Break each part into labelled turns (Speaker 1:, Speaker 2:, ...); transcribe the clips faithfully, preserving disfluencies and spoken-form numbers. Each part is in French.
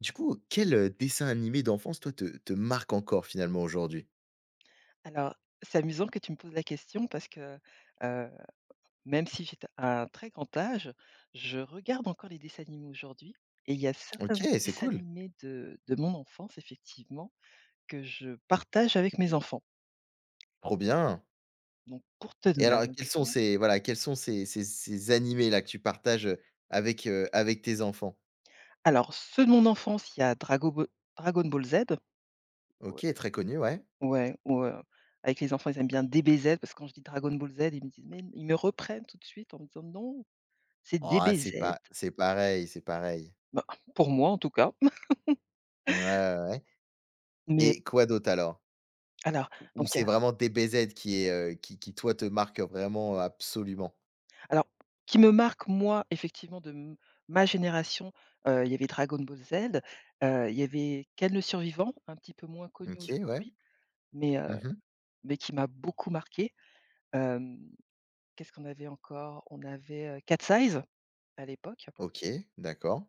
Speaker 1: Du coup, quel, heu, dessin animé d'enfance, toi, te te marque encore finalement aujourd'hui?
Speaker 2: Alors, c'est amusant que tu me poses la question parce que, heu, même si j'ai t un très grand âge, je regarde encore les dessins animés aujourd'hui et il y a certains
Speaker 1: OK, c'est
Speaker 2: dessins
Speaker 1: cool,
Speaker 2: animés de de mon enfance, effectivement, que je partage avec mes enfants.
Speaker 1: trop bien.
Speaker 2: Donc pour te
Speaker 1: Et
Speaker 2: donner
Speaker 1: alors
Speaker 2: un
Speaker 1: quels sont
Speaker 2: exemple,
Speaker 1: ces, voilà, quels sont ces ces ces animés-là que tu partages, heu, avec, heu, avec tes enfants?
Speaker 2: alors ceux de mon enfance, il y a Drago Ball Dragon Ball Z, ou
Speaker 1: OK, très connu, ouais.
Speaker 2: ouais, ou, heu, avec les enfants, ils aiment bien D B Z parce que quand je dis Dragon Ball Z, ils me disent: «Mais» ils me reprennent tout de suite en me disant: «Non, c'est
Speaker 1: Ah, c'est
Speaker 2: D B Z».
Speaker 1: pas, c'est pareil, c'est pareil.
Speaker 2: Bah, pour moi en tout cas,
Speaker 1: Ouais, ouais, ouais,
Speaker 2: mais
Speaker 1: et quoi d'autre alors?
Speaker 2: Alors,
Speaker 1: Ou ou
Speaker 2: donc, heu,
Speaker 1: c'est vraiment D B Z qui est, heu, qui qui toi te marque vraiment, euh, absolument?
Speaker 2: alors qui me marque moi effectivement de m ma génération, heu, il y avait Dragon Ball Z, heu, il y avait Ken le survivant, un petit peu moins connu
Speaker 1: OK, ouais.
Speaker 2: aujourd'hui, mais heu,
Speaker 1: Mmh.
Speaker 2: mais qui m'a beaucoup marqué. Hem, Qu'est-ce qu'on avait encore? On avait, heu, Cat Size à l'époque,
Speaker 1: OK, d'accord.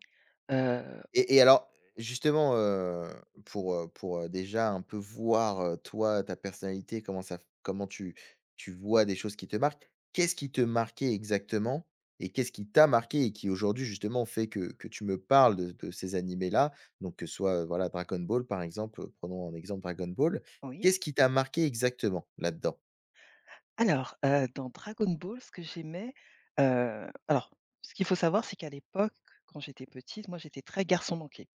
Speaker 2: heu,
Speaker 1: Et et alors, justement, heu, pour, heu, pour, heu, déjà un peu voir, heu, toi, ta personnalité, comment ça comment tu tu vois des choses qui te marquent. Qu'est-ce qui te marquait exactement? Et qu'est-ce qui t'a marqué et qui aujourd'hui justement fait que que tu me parles de de ces animés-là? Donc que ce soit, heu, voilà, Dragon Ball par exemple, heu, prenons en exemple Dragon Ball.
Speaker 2: oui.
Speaker 1: Qu'est-ce qui t'a marqué exactement là-dedans?
Speaker 2: Alors, heu, dans Dragon Ball, ce que j'aimais, heu, alors ce qu'il faut savoir, c'est qu'à l'époque, quand j'étais petite, moi j'étais très garçon manqué.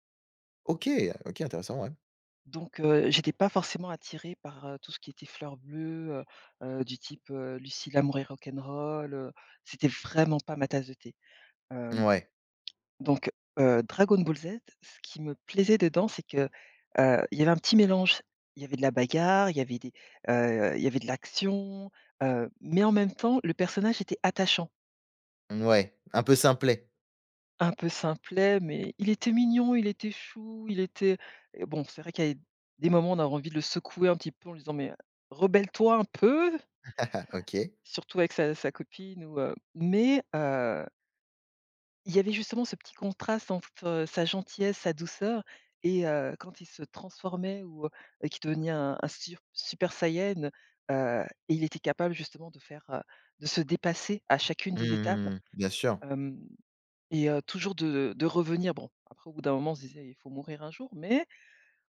Speaker 1: OK. OK, intéressant, ouais.
Speaker 2: Donc heu, j'étais pas forcément attirée par, heu, tout ce qui était fleurs bleues, heu heu, du type, heu, Lucille, Amour et rock'n'roll, heu, c'était vraiment pas ma tasse de thé. Hem,
Speaker 1: Ouais,
Speaker 2: donc heu, Dragon Ball Z, ce qui me plaisait dedans, c'est que, heu, il y avait un petit mélange. Il y avait de la bagarre, il y avait des, heu, il y avait de l'action, heu, mais en même temps, le personnage était attachant.
Speaker 1: ouais, un peu simplet.
Speaker 2: Un peu simplet, mais il était mignon, il était chou, il était et bon, c'est vrai qu'il y a des moments, où on avait envie de le secouer un petit peu en lui disant: «Mais, rebelle-toi un peu»,
Speaker 1: Ah, OK.
Speaker 2: surtout avec sa sa copine ou heu, mais, heu, il y avait justement ce petit contraste entre euh, sa gentillesse, sa douceur et heu, quand il se transformait ou heu, qu'il devenait un un sur super Saiyan, heu et il était capable justement de faire, heu, de se dépasser à chacune
Speaker 1: Mmh
Speaker 2: des étapes,
Speaker 1: mmh, mmh, bien sûr.
Speaker 2: et heu, toujours de de revenir bon, après au bout d'un moment, on se disait: «Il faut mourir un jour», mais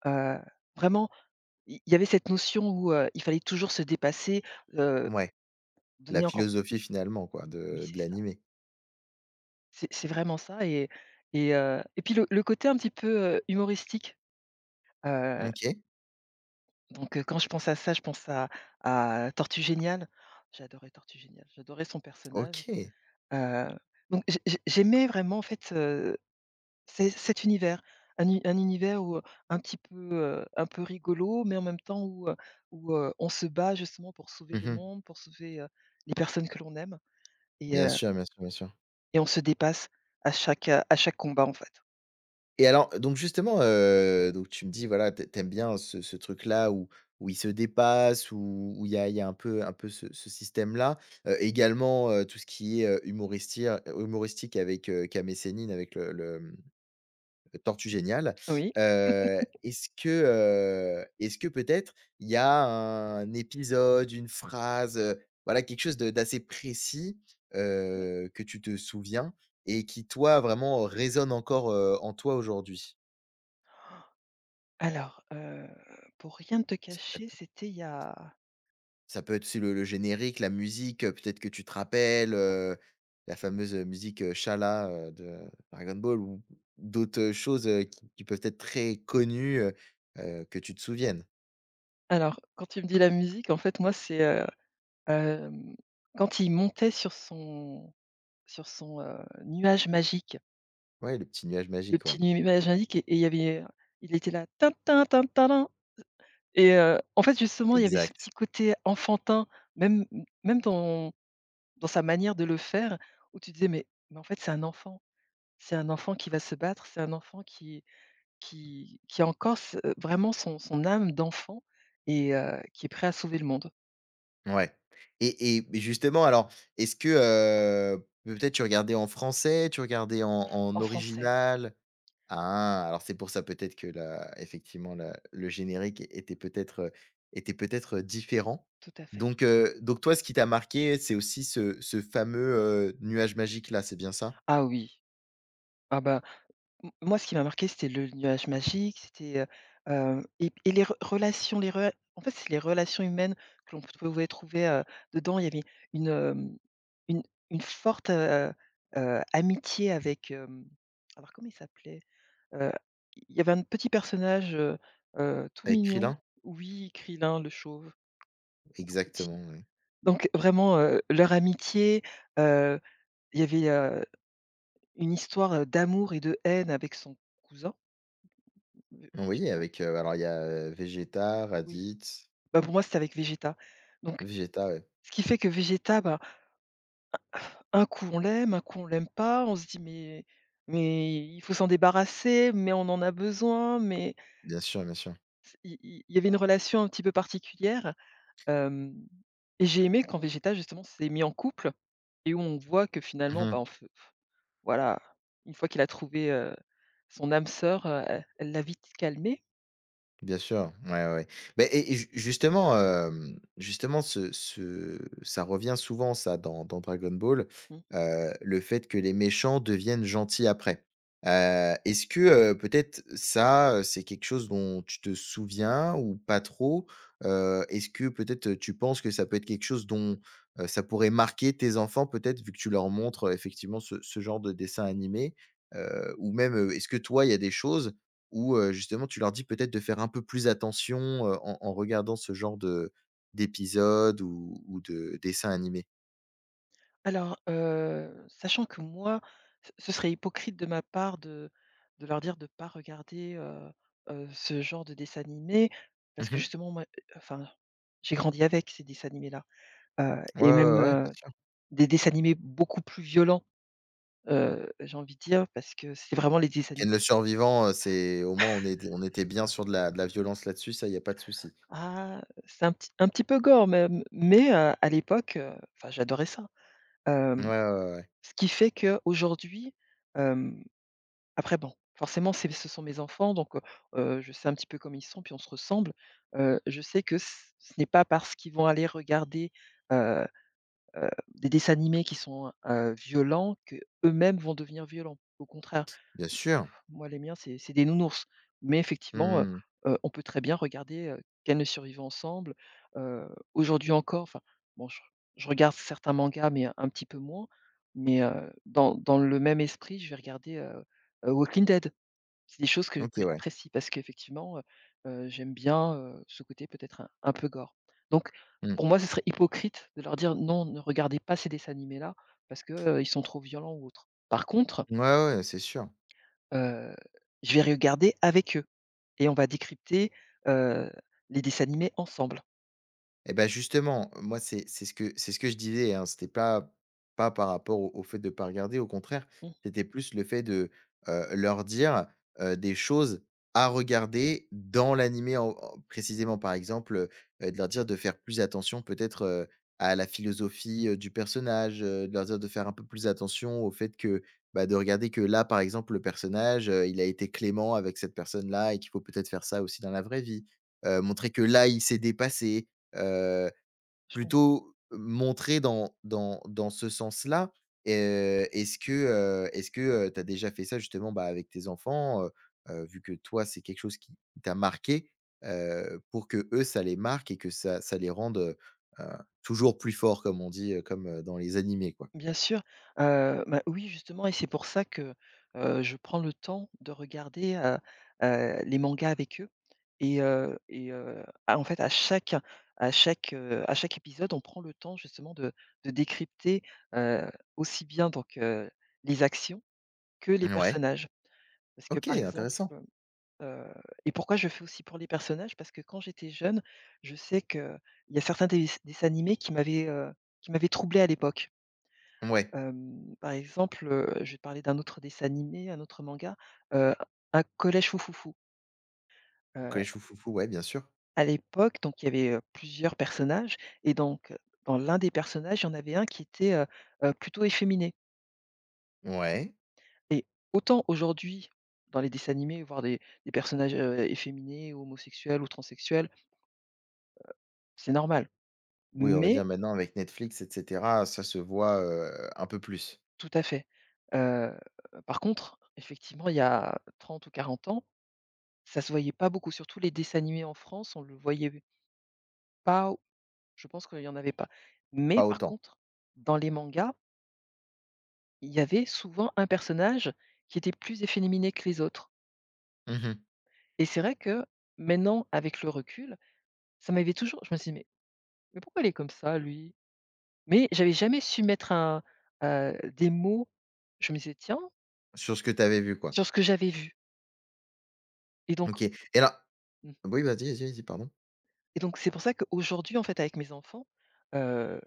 Speaker 2: heu, vraiment, il il y avait cette notion où, heu, il fallait toujours se dépasser, heu,
Speaker 1: Ouais. La
Speaker 2: donner encore
Speaker 1: philosophie finalement quoi
Speaker 2: mais
Speaker 1: de
Speaker 2: c'est
Speaker 1: de
Speaker 2: ça,
Speaker 1: l'animé.
Speaker 2: c'est c'est vraiment ça et et heu et puis le le côté un petit peu, heu, humoristique. heu,
Speaker 1: OK.
Speaker 2: donc heu, quand je pense à ça, je pense à à Tortue Géniale. J'adorais Tortue Géniale, j'adorais son personnage,
Speaker 1: OK.
Speaker 2: heu, donc j'ai j'ai j'aimais vraiment en fait, c'est cet univers, un u un univers où, heu, un petit peu, heu, un peu rigolo, mais en même temps où, heu où, heu, on se bat justement pour sauver
Speaker 1: Mmh
Speaker 2: le
Speaker 1: mh.
Speaker 2: monde, pour sauver, heu, les personnes que l'on aime et
Speaker 1: Bien
Speaker 2: heu
Speaker 1: sûr, bien sûr, bien sûr.
Speaker 2: et on se dépasse à chaque, à chaque combat, en fait.
Speaker 1: Et alors donc justement, heu, donc tu me dis voilà, tu ai tu aimes bien ce ce truc-là où où ils se dépassent, où où il y a il y a un peu un peu ce ce système-là. Heu, également, heu, tout ce qui est, heu, humoristir humoristique avec, heu, Kam et Sénine avec le le Tortue Géniale.
Speaker 2: Oui.
Speaker 1: Heu, est-ce que, heu, est-ce que peut-être il y a un épisode, une phrase, heu, voilà quelque chose de d'assez précis, heu, que tu te souviens et qui toi vraiment résonne encore, heu, en toi aujourd'hui?
Speaker 2: alors, heu, pour rien te
Speaker 1: Ça ça
Speaker 2: cacher,
Speaker 1: peut
Speaker 2: c'était il y a.
Speaker 1: ça peut être aussi le le générique, la musique, heu, peut-être que tu te rappelles, heu, la fameuse musique, heu, Shala, heu, de Dragon Ball ou d'autres choses, heu, qui qui peuvent être très connues, heu heu, que tu te souviennes.
Speaker 2: alors quand tu me dis la musique, en fait, moi, c'est, heu, hem, quand il montait sur son sur son, heu, nuage magique.
Speaker 1: Ouais, le petit nuage
Speaker 2: Le
Speaker 1: magique, ouais.
Speaker 2: petit nuage indique et et il y avait, heu, il était là tin tin tin tarin et heu, en fait, justement, il y avait ce petit
Speaker 1: Exact.
Speaker 2: côté enfantin, même m même dans dans sa manière de le faire, où tu disais: «Mais mais en fait, c'est un enfant, c'est un enfant qui va se battre, c'est un enfant qui qui qui a encore ce vraiment son son âme d'enfant et heu, qui est prêt à sauver le monde».
Speaker 1: Ouais. Et et justement alors, est-ce que, heu, peut-être tu regardais en français? Tu regardais en en
Speaker 2: En français,
Speaker 1: original? Ah, alors c'est pour ça peut-être que la effectivement la le générique était peut-être, heu, était peut-être différent.
Speaker 2: tout à fait.
Speaker 1: Donc heu, donc toi ce qui t'a marqué, c'est aussi ce ce fameux, heu, nuage magique là, c'est bien ça?
Speaker 2: Ah oui, ah bah M moi, ce qui m'a marqué, c'était le nuage magique, c'était, heu, heu et et les re relations, les re en fait, c'est les relations humaines que l'on pouvait trouver, heu, dedans. Il y avait une, hem, une une forte, heu, heu, amitié avec, hem, alors comment il s'appelait? Heu, il y avait un petit personnage, heu, heu, tout
Speaker 1: Avec
Speaker 2: mignon.
Speaker 1: Krillin?
Speaker 2: Oui, Krilin le chauve, tout petit.
Speaker 1: Exactement, oui.
Speaker 2: Donc vraiment, heu, leur amitié, heu, il y avait, heu, une histoire, heu, d'amour et de haine avec son cousin.
Speaker 1: Oui, avec, heu, alors il y a, heu, Vegeta,
Speaker 2: Oui,
Speaker 1: Raditz.
Speaker 2: bah, pour moi, c'était avec Vegeta. Donc,
Speaker 1: Vegeta, ouais,
Speaker 2: ce qui fait que Vegeta, bah, un coup on l'aime, un coup on l'aime pas, on se dit: «Mais mais il faut s'en débarrasser, mais on en a besoin, mais»
Speaker 1: bien sûr, bien sûr.
Speaker 2: c il il il y avait une relation un petit peu particulière, hem et j'ai aimé quand Vegeta justement s'est mis en couple et où on voit que finalement, bah,
Speaker 1: Mmh.
Speaker 2: en f voilà, une fois qu'il a trouvé, heu, son âme sœur, heu, elle elle l'a vite calmé.
Speaker 1: Bien sûr, ouais, ouais, ouais. Beh et et ju justement, hem, justement ce ce ça revient souvent ça dans dans Dragon Ball,
Speaker 2: Mmh.
Speaker 1: heu, le fait que les méchants deviennent gentils après. Heu, est-ce que, heu, peut-être ça, heu, c'est quelque chose dont tu te souviens ou pas trop? Heu, est-ce que peut-être, heu, tu penses que ça peut être quelque chose dont, heu, ça pourrait marquer tes enfants peut-être vu que tu leur montres, heu, effectivement ce ce genre de dessin animé? Heu, ou même, heu, est-ce que toi il y a des choses, ou, heu, justement tu leur dis peut-être de faire un peu plus attention, heu, en en regardant ce genre de d'épisodes ou ou de dessins animés?
Speaker 2: Alors, heu, sachant que moi, ce ce serait hypocrite de ma part de de leur dire de ne pas regarder, heu heu, ce genre de dessin animé parce que
Speaker 1: Mmh.
Speaker 2: justement moi, heu, enfin, j'ai grandi avec ces dessins animés-là, heu
Speaker 1: Ouais,
Speaker 2: et même,
Speaker 1: ouais, ouais, bien
Speaker 2: heu,
Speaker 1: sûr.
Speaker 2: des dessins animés beaucoup plus violents, heu, j'ai envie de dire parce que c'est vraiment les dessins
Speaker 1: Ken
Speaker 2: animés
Speaker 1: le survivant, heu, c'est au moins on est on était bien sur de la de la violence là-dessus, ça, il y a pas de souci.
Speaker 2: ah, c'est un petit un petit peu gore même, mais, heu, à l'époque, heu, enfin j'adorais ça,
Speaker 1: Ouais,
Speaker 2: hem,
Speaker 1: ouais, ouais, ouais.
Speaker 2: ce qui fait qu'aujourd'hui. Hem Après bon, forcément, c'est ce sont mes enfants, donc heu heu, je sais un petit peu comment ils sont, puis on se ressemble. Heu, je sais que ce ce n'est pas parce qu'ils vont aller regarder, heu heu, des dessins animés qui sont, heu, violents eux mêmes vont devenir violents. Au contraire,
Speaker 1: Bien sûr.
Speaker 2: moi les miens, c'est c'est des nounours. Mais effectivement, heu
Speaker 1: Mmh.
Speaker 2: heu, on peut très bien regarder, heu, Ken le survivant ensemble. Heu, Aujourd'hui encore, enfin bon, je je regarde certains mangas, mais un petit peu moins. Mais heu, dans dans le même esprit, je vais regarder, heu heu, Walking Dead. C'est des choses que que
Speaker 1: OK, ouais.
Speaker 2: j'apprécie parce qu'effectivement, heu heu, j'aime bien, heu, ce côté peut-être un un peu gore. Donc
Speaker 1: Mmh.
Speaker 2: pour moi, ce serait hypocrite de leur dire: «Non, ne regardez pas ces dessins animés-là parce que, heu, ils sont trop violents ou autres». Par contre,
Speaker 1: Ouais, ouais, c'est sûr.
Speaker 2: heu, je vais regarder avec eux et on va décrypter, heu, les dessins animés ensemble.
Speaker 1: Et ben justement, moi, c'est c'est ce que c'est ce que je disais, hein. C'était pas pas par rapport au au fait de pas regarder, au contraire,
Speaker 2: Mmh,
Speaker 1: c'était plus le fait de, heu, leur dire, heu, des choses à regarder dans l'animé en en précisément. Par exemple, heu de leur dire de faire plus attention peut-être, heu, à la philosophie, heu, du personnage, heu, de leur dire de faire un peu plus attention au fait que, bah, de regarder que là, par exemple, le personnage, heu, il a été clément avec cette personne-là et qu'il faut peut-être faire ça aussi dans la vraie vie. Heu, montrer que là, il s'est dépassé. Heu,
Speaker 2: je comprends.
Speaker 1: plutôt montrer dans dans dans ce sens-là. Et est-ce que, euh, est-ce que, heu, tu as déjà fait ça justement, bah, avec tes enfants, heu heu, vu que toi, c'est quelque chose qui t'a marqué, heu, pour que eux ça les marque et que ça ça les rende, heu heu, toujours plus forts comme on dit, heu, comme, heu, dans les animés quoi?
Speaker 2: Bien sûr, heu, bah, oui justement et c'est pour ça que, heu, je prends le temps de regarder, heu heu, les mangas avec eux et heu et heu, ah, en fait à chaque à chaque, heu, à chaque épisode, on prend le temps justement de de décrypter, heu, aussi bien donc heu, les actions que les
Speaker 1: Ouais,
Speaker 2: personnages. Parce que
Speaker 1: OK,
Speaker 2: par exemple,
Speaker 1: intéressant.
Speaker 2: heu et pourquoi je fais aussi pour les personnages? Parce que quand j'étais jeune, je sais qu'il y a certains des dessins animés qui m'avaient, heu, qui m'avaient troublé à l'époque.
Speaker 1: Ouais.
Speaker 2: Hem, par exemple, heu, je vais parler d'un autre dessin animé, un autre manga, heu, un collège foufoufou. Fou
Speaker 1: Collège Foufoufou, ouais, bien sûr.
Speaker 2: À l'époque, donc il y avait, heu, plusieurs personnages et donc euh, dans l'un des personnages, il y en avait un qui était, heu heu, plutôt efféminé
Speaker 1: Ouais.
Speaker 2: et autant aujourd'hui, dans les dessins animés, voir des des personnages, heu, efféminés ou homosexuels ou transsexuels, c'est normal.
Speaker 1: Oui, on va
Speaker 2: Mais
Speaker 1: dire maintenant avec Netflix et cetera, ça se voit, heu, un peu plus,
Speaker 2: tout à fait. Heu, Par contre, effectivement, il y a trente ou quarante ans, ça se voyait pas beaucoup, surtout les dessins animés en France, on le voyait pas. Je pense qu'il y en avait pas. Mais
Speaker 1: pas
Speaker 2: par
Speaker 1: autant.
Speaker 2: contre, dans les mangas, il y avait souvent un personnage qui était plus efféminé que les autres.
Speaker 1: Mmh.
Speaker 2: Et c'est vrai que maintenant, avec le recul, ça m'avait toujours je me suis dit: «Mais mais pourquoi il est comme ça lui?» Mais j'avais jamais su mettre un, heu, des mots, je me disais: «Tiens»,
Speaker 1: Sur ce que tu avais vu, quoi.
Speaker 2: sur ce que j'avais vu. Et donc
Speaker 1: OK. Et là,
Speaker 2: mmh
Speaker 1: oui, vas-y, vas-y, vas-y, pardon.
Speaker 2: et donc c'est pour ça qu'aujourd'hui, en fait, avec mes enfants, euh,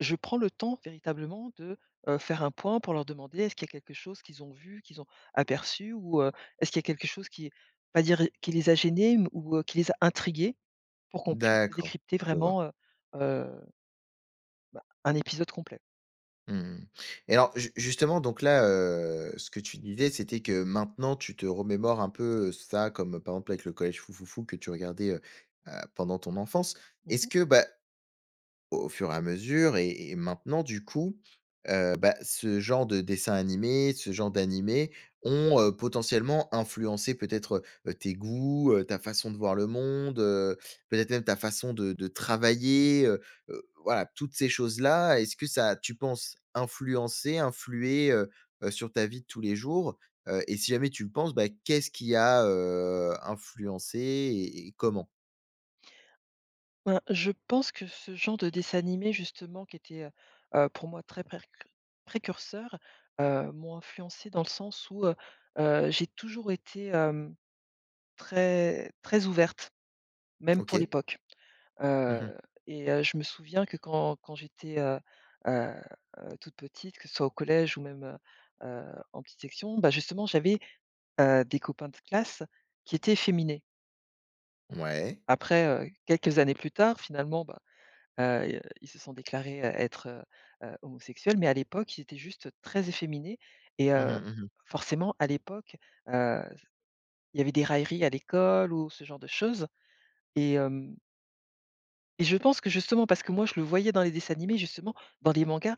Speaker 2: je prends le temps véritablement de, heu, faire un point pour leur demander est-ce qu'il y a quelque chose qu'ils ont vu, qu'ils ont aperçu ou, heu, est-ce qu'il y a quelque chose qui pas dire qui les a gênés mais- ou, heu, qui les a intrigués pour qu'on puisse
Speaker 1: D'accord,
Speaker 2: décrypter
Speaker 1: je vois.
Speaker 2: vraiment, heu heu, bah, un épisode complet.
Speaker 1: Mmh. Et alors ju justement, donc là, heu, ce que tu disais, c'était que maintenant tu te remémores un peu, ça comme, euh, par exemple, avec le collège Foufoufou que tu regardais, heu heu, pendant ton enfance. Est-ce
Speaker 2: Mmh.
Speaker 1: que, bah, au fur et à mesure et et maintenant du coup, heu, bah, ce genre de dessin animé, ce genre d'animé ont, heu, potentiellement influencé peut-être, heu, tes goûts, heu, ta façon de voir le monde, heu, peut-être même ta façon de de travailler, heu heu, voilà, toutes ces choses-là. Est-ce que ça tu penses, influencer influer heu heu, sur ta vie de tous les jours? Heu et si jamais tu le penses, bah, qu'est-ce qui a, heu, influencé et et comment?
Speaker 2: Ben, je pense que ce genre de dessin animé justement qui était, heu heu, pour moi très préc précurseur, heu, m'ont influencée dans le sens où, heu heu, j'ai toujours été, hem, très très ouverte, même
Speaker 1: OK.
Speaker 2: pour l'époque.
Speaker 1: Mmh.
Speaker 2: Heu et heu, je me souviens que quand quand j'étais, heu heu heu, toute petite, que ce soit au collège ou même, heu heu, en petite section, bah, justement j'avais, heu, des copains de classe qui étaient féminés.
Speaker 1: Ouais.
Speaker 2: Après, heu, quelques années plus tard, finalement, bah, Heu, et heu, ils se sont déclarés, heu, être, heu heu, homosexuels, mais à l'époque, ils étaient juste très efféminés et
Speaker 1: Mmh
Speaker 2: heu,
Speaker 1: mh, mmh.
Speaker 2: forcément, à l'époque, heu, il y avait des railleries à l'école ou ce genre de choses et hem et je pense que justement parce que moi, je le voyais dans les dessins animés, justement, dans les mangas,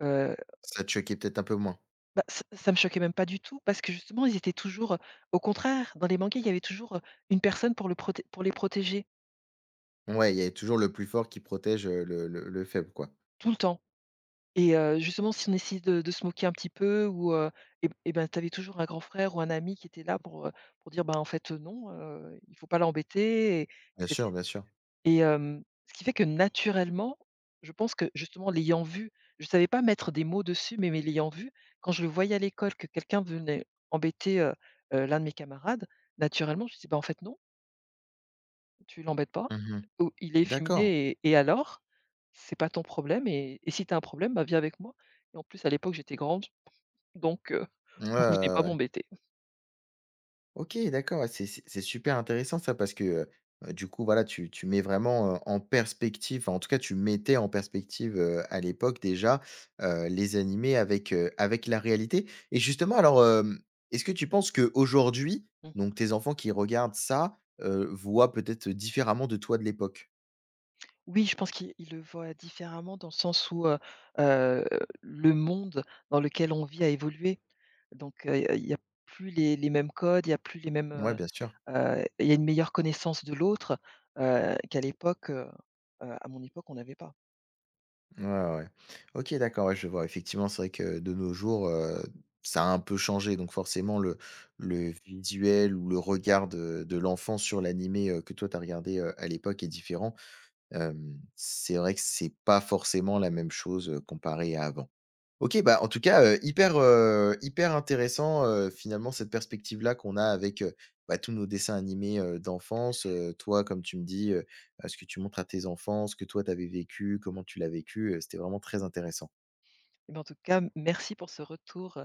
Speaker 2: heu,
Speaker 1: Ça te choquait peut-être un peu moins.
Speaker 2: bah, ça ça me choquait même pas du tout parce que justement, ils étaient toujours, au contraire, dans les mangas, il y avait toujours, une personne pour le proté pour les protéger,
Speaker 1: Ouais, il y avait toujours le plus fort qui protège, heu, le le le faible, quoi.
Speaker 2: tout le temps. Et heu, justement, si on essayait de de se moquer un petit peu ou heu et et ben, tu avais toujours un grand frère ou un ami qui était là pour, heu, pour dire: «Bah, en fait, heu, non, heu, il faut pas l'embêter» et
Speaker 1: Bien
Speaker 2: c'était
Speaker 1: sûr, bien sûr.
Speaker 2: et hem, Ce qui fait que naturellement, je pense que justement l'ayant vu, je savais pas mettre des mots dessus, mais mais l'ayant vu, quand je le voyais à l'école que quelqu'un venait embêter, heu heu, l'un de mes camarades, naturellement, je me disais: «Bah, en fait, non». Tu l'embêtes pas,
Speaker 1: Mmh.
Speaker 2: ou il est
Speaker 1: D'accord.
Speaker 2: efféminé et et alors? C'est pas ton problème et et si tu as un problème, bah, viens avec moi et en plus à l'époque j'étais grande donc heu,
Speaker 1: Ouais, ouais,
Speaker 2: vous venez
Speaker 1: ouais,
Speaker 2: pas
Speaker 1: ouais.
Speaker 2: m'embêter.
Speaker 1: OK, d'accord, ouais, c'est c'est c'est super intéressant ça parce que, heu heu, du coup, voilà, tu tu mets vraiment, heu, en perspective, enfin, en tout cas, tu mettais en perspective, heu, à l'époque déjà, heu, les animés avec, heu, avec la réalité et justement, alors, hem, est-ce que tu penses qu'aujourd'hui,
Speaker 2: Mmh.
Speaker 1: donc tes enfants qui regardent ça, heu, voient peut-être différemment de toi de l'époque?
Speaker 2: Oui, je pense qu'il il le voit différemment dans le sens où, heu heu, le monde dans lequel on vit a évolué. Donc heu, il n'y a plus les les mêmes codes, il n'y a plus les mêmes,
Speaker 1: Ouais,
Speaker 2: heu
Speaker 1: bien sûr.
Speaker 2: heu, il y a une meilleure connaissance de l'autre, heu, qu'à l'époque, heu heu, à mon époque, on n'avait pas.
Speaker 1: Ouais, ouais, ouais. OK, d'accord, ouais, je vois. Effectivement, c'est vrai que de nos jours, heu, ça a un peu changé. Donc forcément, le le visuel ou le regard de de l'enfant sur l'animé, heu, que toi tu as regardé, heu, à l'époque est différent. Hem, c'est vrai que c'est pas forcément la même chose, heu, comparé à avant. OK, bah, en tout cas, heu, hyper, heu, hyper intéressant, heu, finalement cette perspective-là qu'on a avec, heu, bah, tous nos dessins animés, heu, d'enfance, heu, toi comme tu me dis, heu, heu, ce que tu montres à tes enfants, ce que toi t'avais vécu, comment tu l'as vécu, heu, c'était vraiment très intéressant.
Speaker 2: Eh ben, en tout cas, merci pour ce retour,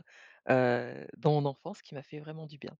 Speaker 2: heu, dans mon enfance qui m'a fait vraiment du bien.